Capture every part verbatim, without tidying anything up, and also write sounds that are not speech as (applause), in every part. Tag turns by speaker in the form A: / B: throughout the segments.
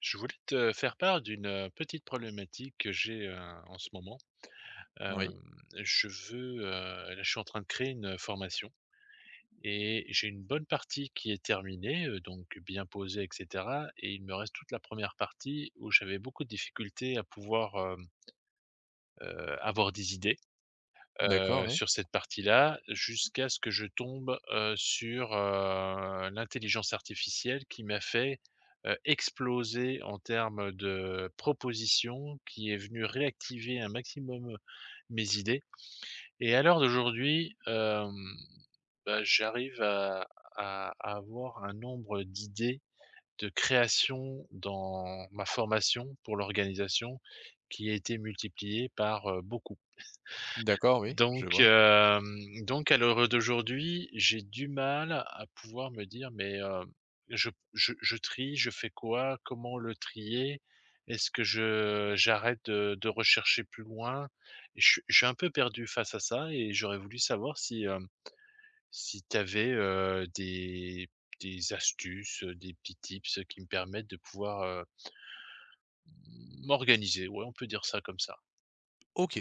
A: Je voulais te faire part d'une petite problématique que j'ai, heu, en ce moment. Hem,
B: Oui,
A: je veux, heu là, je suis en train de créer une formation et j'ai une bonne partie qui est terminée, heu, donc bien posée et cetera, et il me reste toute la première partie où j'avais beaucoup de difficultés à pouvoir, hem, heu, avoir des idées
B: d'accord,
A: heu,
B: oui.
A: sur cette partie-là, jusqu'à ce que je tombe, heu, sur, heu, l'intelligence artificielle qui m'a fait, heu, exploser en termes de propositions, qui est venue réactiver un maximum mes idées. Et à l'heure d'aujourd'hui, hem, bah, j'arrive à à à avoir un nombre d'idées de création dans ma formation pour l'organisation qui a été multiplié par, heu, beaucoup.
B: D'accord, oui, je
A: Donc
B: vois.
A: hem, donc à l'heure d'aujourd'hui, j'ai du mal à pouvoir me dire: «Mais, heu, je je je trie, je fais quoi? Comment le trier? Est-ce que je j'arrête de de rechercher plus loin?» je suis je suis un peu perdu face à ça, et j'aurais voulu savoir si, hem, si tu avais des des astuces, heu, des petits tips qui me permettent de pouvoir, heu, m'organiser. Ouais, on peut dire ça comme ça.
B: OK.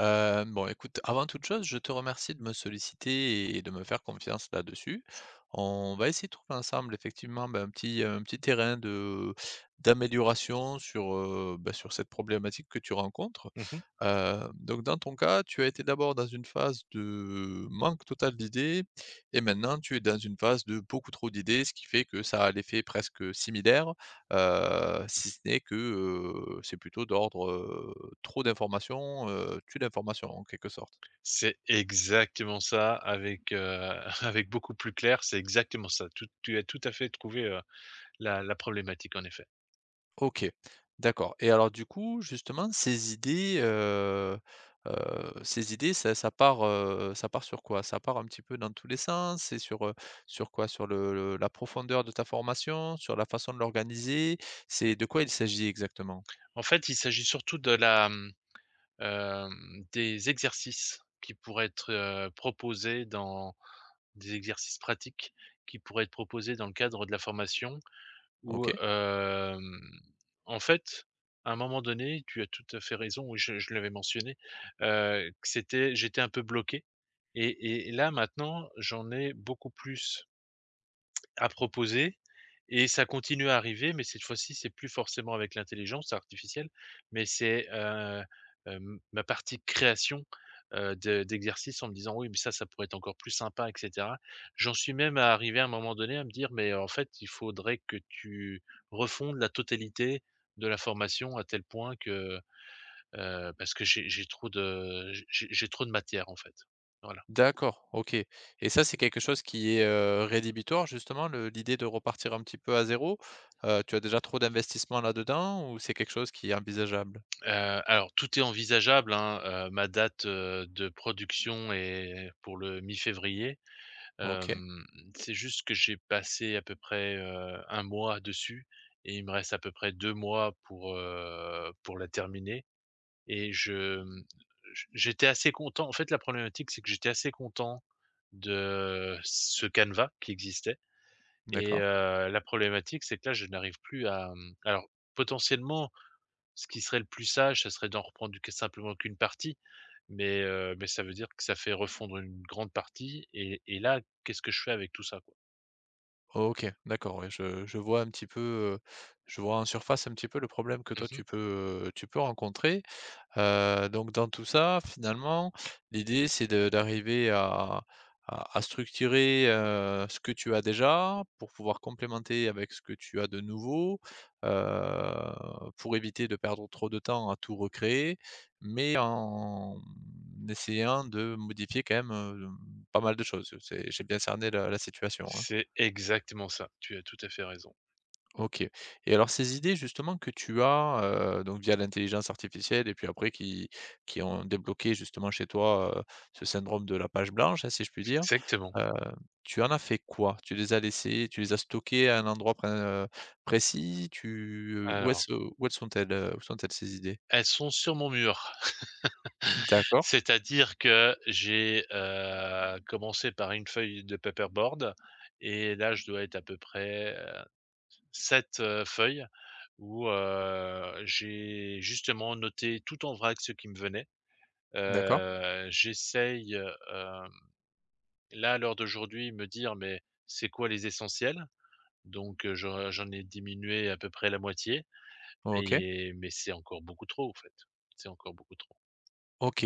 B: Heu, bon, écoute, avant toute chose, je te remercie de me solliciter et de me faire confiance là-dessus. On va essayer de trouver ensemble effectivement, ben, un petit un petit terrain de d'amélioration sur, heu, bah, sur cette problématique que tu rencontres. Heu, donc dans ton cas, tu as été d'abord dans une phase de manque total d'idées et maintenant tu es dans une phase de beaucoup trop d'idées, ce qui fait que ça a l'effet presque similaire. Heu, si ce n'est que, heu, c'est plutôt d'ordre, heu, trop d'informations, heu, tue l'information en quelque sorte.
A: C'est exactement ça avec, heu, (laughs) avec beaucoup plus clair, c'est exactement ça. Tout Tu as tout à fait trouvé, heu, la la problématique en effet.
B: OK, d'accord et alors du coup justement ces idées, heu heu, ces idées ça ça part, heu, ça part sur quoi? Ça part un petit peu dans tous les sens? C'est sur, heu, sur quoi? Sur le le la profondeur de ta formation? Sur la façon de l'organiser? C'est de quoi il s'agit exactement?
A: En fait, il s'agit surtout de la, mmh, hem, des exercices qui pourraient être, heu, proposés dans des exercices pratiques qui pourraient être proposés dans le cadre de la formation. Où,
B: OK.
A: hem, en fait, à un moment donné, tu as tout à fait raison, oui, je je l'avais mentionné, heu, que c'était, j'étais un peu bloqué, et et là, maintenant, j'en ai beaucoup plus à proposer, et ça continue à arriver, mais cette fois-ci, c'est plus forcément avec l'intelligence artificielle, mais c'est, heu, hem, ma partie création, heu, de d'exercices en me disant: «Oui, mais ça, ça pourrait être encore plus sympa» et cetera. J'en suis même à arriver à un moment donné à me dire: «Mais en fait, il faudrait que tu refondes la totalité de la formation à tel point que» heu, parce que j'ai j'ai trop de j'ai j'ai trop de matière, en fait. Voilà.
B: D'accord, OK et ça, c'est quelque chose qui est, heu, rédhibitoire justement, le l'idée de repartir un petit peu à zéro. Heu, tu as déjà trop d'investissement là-dedans ou c'est quelque chose qui est envisageable?
A: Heu, alors tout est envisageable, hein, heu, ma date, heu, de production est pour le mi-février.
B: OK,
A: Hem, c'est juste que j'ai passé à peu près, heu, un mois dessus, et il me reste à peu près deux mois pour, heu, pour la terminer. Et je, mmh, j j'étais assez content. En fait, la problématique, c'est que j'étais assez content de ce canevas qui existait. Et
B: d'accord.
A: heu, la problématique, c'est que là, je n'arrive plus à, mmh alors potentiellement, ce qui serait le plus sage, ce serait d'en reprendre que simplement qu'une partie, mais heu, mais ça veut dire que ça fait refondre une grande partie, et et là, qu'est-ce que je fais avec tout ça, quoi?
B: OK, d'accord, ouais, je je vois un petit peu, heu, je vois en surface un petit peu le problème que toi tu
A: Mmh.
B: peux, heu, tu peux rencontrer. Heu, donc dans tout ça, finalement, l'idée c'est de d'arriver à à à structurer, heu, ce que tu as déjà pour pouvoir complémenter avec ce que tu as de nouveau, heu, pour éviter de perdre trop de temps à tout recréer, mais en essayant de modifier quand même, heu, pas mal de choses. C'est j'ai bien cerné la la situation, hein.
A: C'est exactement ça. Tu as tout à fait raison.
B: OK. Et alors ces idées justement que tu as, heu, donc via l'intelligence artificielle et puis après qui qui ont débloqué justement chez toi, heu, ce syndrome de la page blanche, hein, si je puis dire,
A: Exactement.
B: heu, tu en as fait quoi? Tu les as laissées tu les as stockées à un endroit pré heu, précis? Tu, heu, où
A: Alors,
B: est-ce où elles sont-elles, heu, où sont-elles ces idées?
A: elles sont sur mon mur. (laughs)
B: D'accord,
A: C'est-à-dire que j'ai, heu, commencé par une feuille de paperboard, et là, je dois être à peu près, heu, sept, heu, feuilles où, heu, j'ai justement noté tout en vrac ce qui me venait.
B: d'accord.
A: Heu, j'essaye, heu, là, à l'heure d'aujourd'hui, me dire: «Mais c'est quoi les essentiels?» donc heu, je j'en ai diminué à peu près la moitié,
B: OK.
A: et mais c'est encore beaucoup trop, en fait. C'est encore beaucoup trop.
B: OK.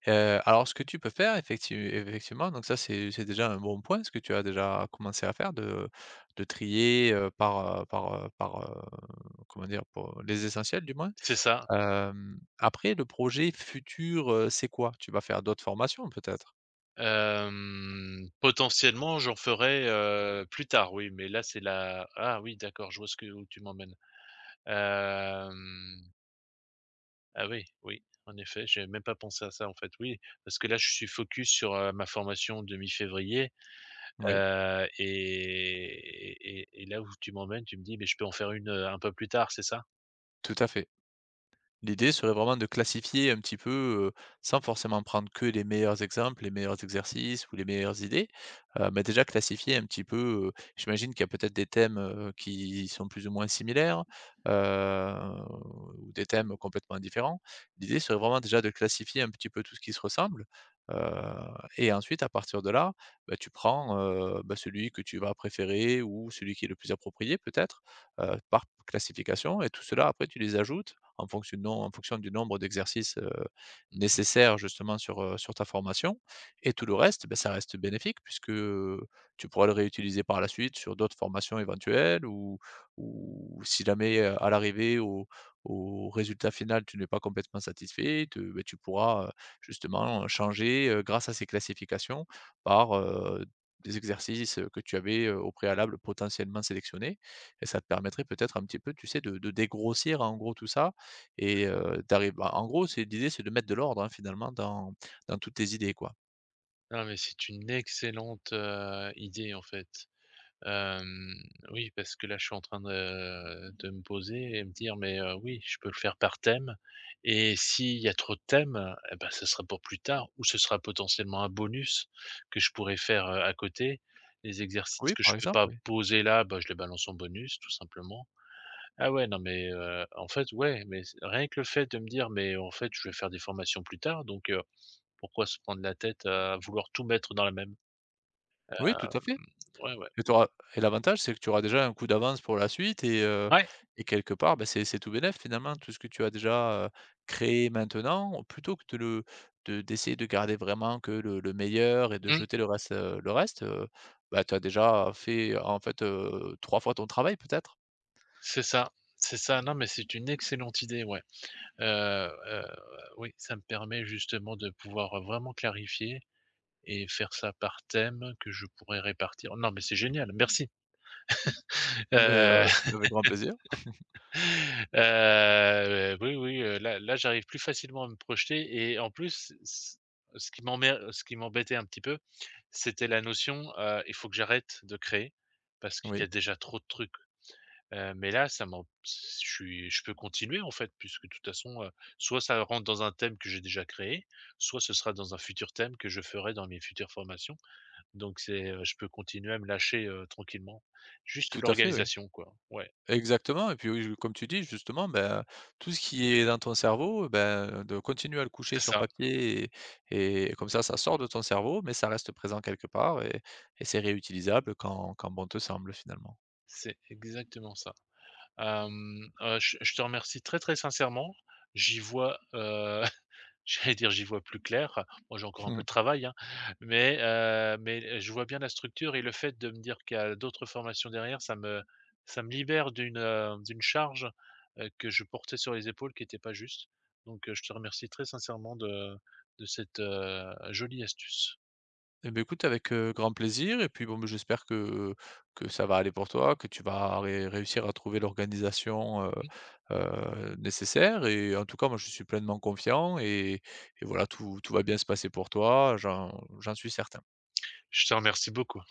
B: Heu, alors ce que tu peux faire effecti effectivement, donc ça c'est c'est déjà un bon point, ce que tu as déjà commencé à faire de de trier, heu, par, heu, par, heu, par, heu, comment dire? Pour les essentiels du moins.
A: C'est ça.
B: Hem, après le projet futur, heu, c'est quoi? Tu vas faire d'autres formations peut-être?
A: Hem, potentiellement, j'en ferai, heu, plus tard, oui, mais là, c'est la, ah oui, d'accord, je vois ce que où tu m'emmènes. Hem, ah oui, oui, en effet, j'avais même pas pensé à ça, en fait, oui, parce que là, je suis focus sur, heu, ma formation de mi-février.
B: Oui,
A: Heu et et et là où tu m'emmènes, tu me dis: «Mais je peux en faire une, heu, un peu plus tard», c'est ça?
B: tout à fait. L'idée serait vraiment de classifier un petit peu, heu, sans forcément prendre que les meilleurs exemples, les meilleurs exercices ou les meilleures idées, heu, mais déjà classifier un petit peu, heu, j'imagine qu'il y a peut-être des thèmes, heu, qui sont plus ou moins similaires, heu, ou des thèmes complètement différents. L'idée serait vraiment déjà de classifier un petit peu tout ce qui se ressemble, heu, et ensuite à partir de là, bah, tu prends, heu, bah, celui que tu vas préférer ou celui qui est le plus approprié peut-être, heu, par classification et tout cela après tu les ajoutes en fonction non en fonction du nombre d'exercices, heu, nécessaires justement sur, heu, sur ta formation et tout le reste, beh, ça reste bénéfique puisque, tu pourras le réutiliser par la suite sur d'autres formations éventuelles ou ou si jamais, heu, à l'arrivée au au résultat final, tu n'es pas complètement satisfait, te beh, tu pourras, heu, justement, changer, heu, grâce à ces classifications par, heu, des exercices, heu, que tu avais, heu, au préalable potentiellement sélectionnés et ça te permettrait peut-être un petit peu, tu sais, de de dégrossir en gros tout ça et heu, d'arriv bah, en gros, c'est l'idée, c'est de mettre de l'ordre, hein, finalement, dans dans toutes tes idées, quoi.
A: Non, mais c'est une excellente, heu, idée en fait. Hem, oui, parce que là, je suis en train de de me poser et me dire: «Mais, heu, oui, je peux le faire par thème, et s'il y a trop de thèmes, eh bah, ce sera pour plus tard, ou ce sera potentiellement un bonus que je pourrais faire, heu, à côté. Les exercices
B: Oui,
A: que
B: par
A: je peux
B: exemple,
A: pas
B: oui.
A: poser là, bah, je les balance en bonus tout simplement». Ah ouais, non mais, heu, en fait, ouais, mais c rien que le fait de me dire: «Mais en fait, je vais faire des formations plus tard, donc heu, pourquoi se prendre la tête à vouloir tout mettre dans la même?»
B: Oui, tout à fait
A: Mmh, ouais, ouais.
B: et tu et l'avantage, c'est que tu auras déjà un coup d'avance pour la suite et heu
A: Ouais,
B: et quelque part, bah, c'est c'est tout bénef, finalement, tout ce que tu as déjà, heu, créé maintenant, plutôt que de le de d'essayer de garder vraiment que le le meilleur et de
A: mmh,
B: jeter le reste, heu, le reste, heu, bah, tu as déjà fait, en fait, heu, trois fois ton travail, peut-être?
A: c'est ça, c'est ça. Non, mais c'est une excellente idée, ouais. Heu heu, oui, ça me permet justement de pouvoir vraiment clarifier et faire ça par thème que je pourrais répartir. Non, mais c'est génial, merci.
B: Mais,
A: Heu
B: heu, avec grand plaisir.
A: Heu, oui, oui, heu, là là, j'arrive plus facilement à me projeter, et en plus, c ce qui m'emmer ce qui m'embêtait un petit peu, c'était la notion, heu, il faut que j'arrête de créer parce qu'il y a
B: Oui,
A: déjà trop de trucs. Heu, mais là, ça m'en je suis je peux continuer en fait, puisque de toute façon, heu, soit ça rentre dans un thème que j'ai déjà créé, soit ce sera dans un futur thème que je ferai dans mes futures formations. Donc c'est, heu, je peux continuer à me lâcher, heu, tranquillement. Juste
B: tout à fait, oui.
A: l'organisation quoi. Ouais,
B: Exactement et puis, oui, je comme tu dis justement, ben, tout ce qui est dans ton cerveau, ben, de continuer à le coucher
A: c'est
B: sur
A: ça,
B: papier et et comme ça, ça sort de ton cerveau, mais ça reste présent quelque part et et c'est réutilisable quand quand bon te semble finalement.
A: c'est exactement ça. Hem, heu, je je te remercie très, très sincèrement. J'y vois, heu, (laughs) j'allais dire: «J'y vois plus clair». Moi, j'ai encore un peu de travail, hein, mais heu, mais je vois bien la structure, et le fait de me dire qu'il y a d'autres formations derrière, ça me ça me libère d'une, heu, d'une charge, heu, que je portais sur les épaules qui n'était pas juste. Donc heu, je te remercie très sincèrement de de cette, heu, jolie astuce.
B: Eh beh, écoute avec, heu, grand plaisir et puis bon, beh, j'espère que que ça va aller pour toi, que tu vas ré réussir à trouver l'organisation, heu
A: Mmh.
B: heu, nécessaire et en tout cas moi je suis pleinement confiant et et voilà tout tout va bien se passer pour toi, j'en j'en suis certain.
A: Je te remercie beaucoup.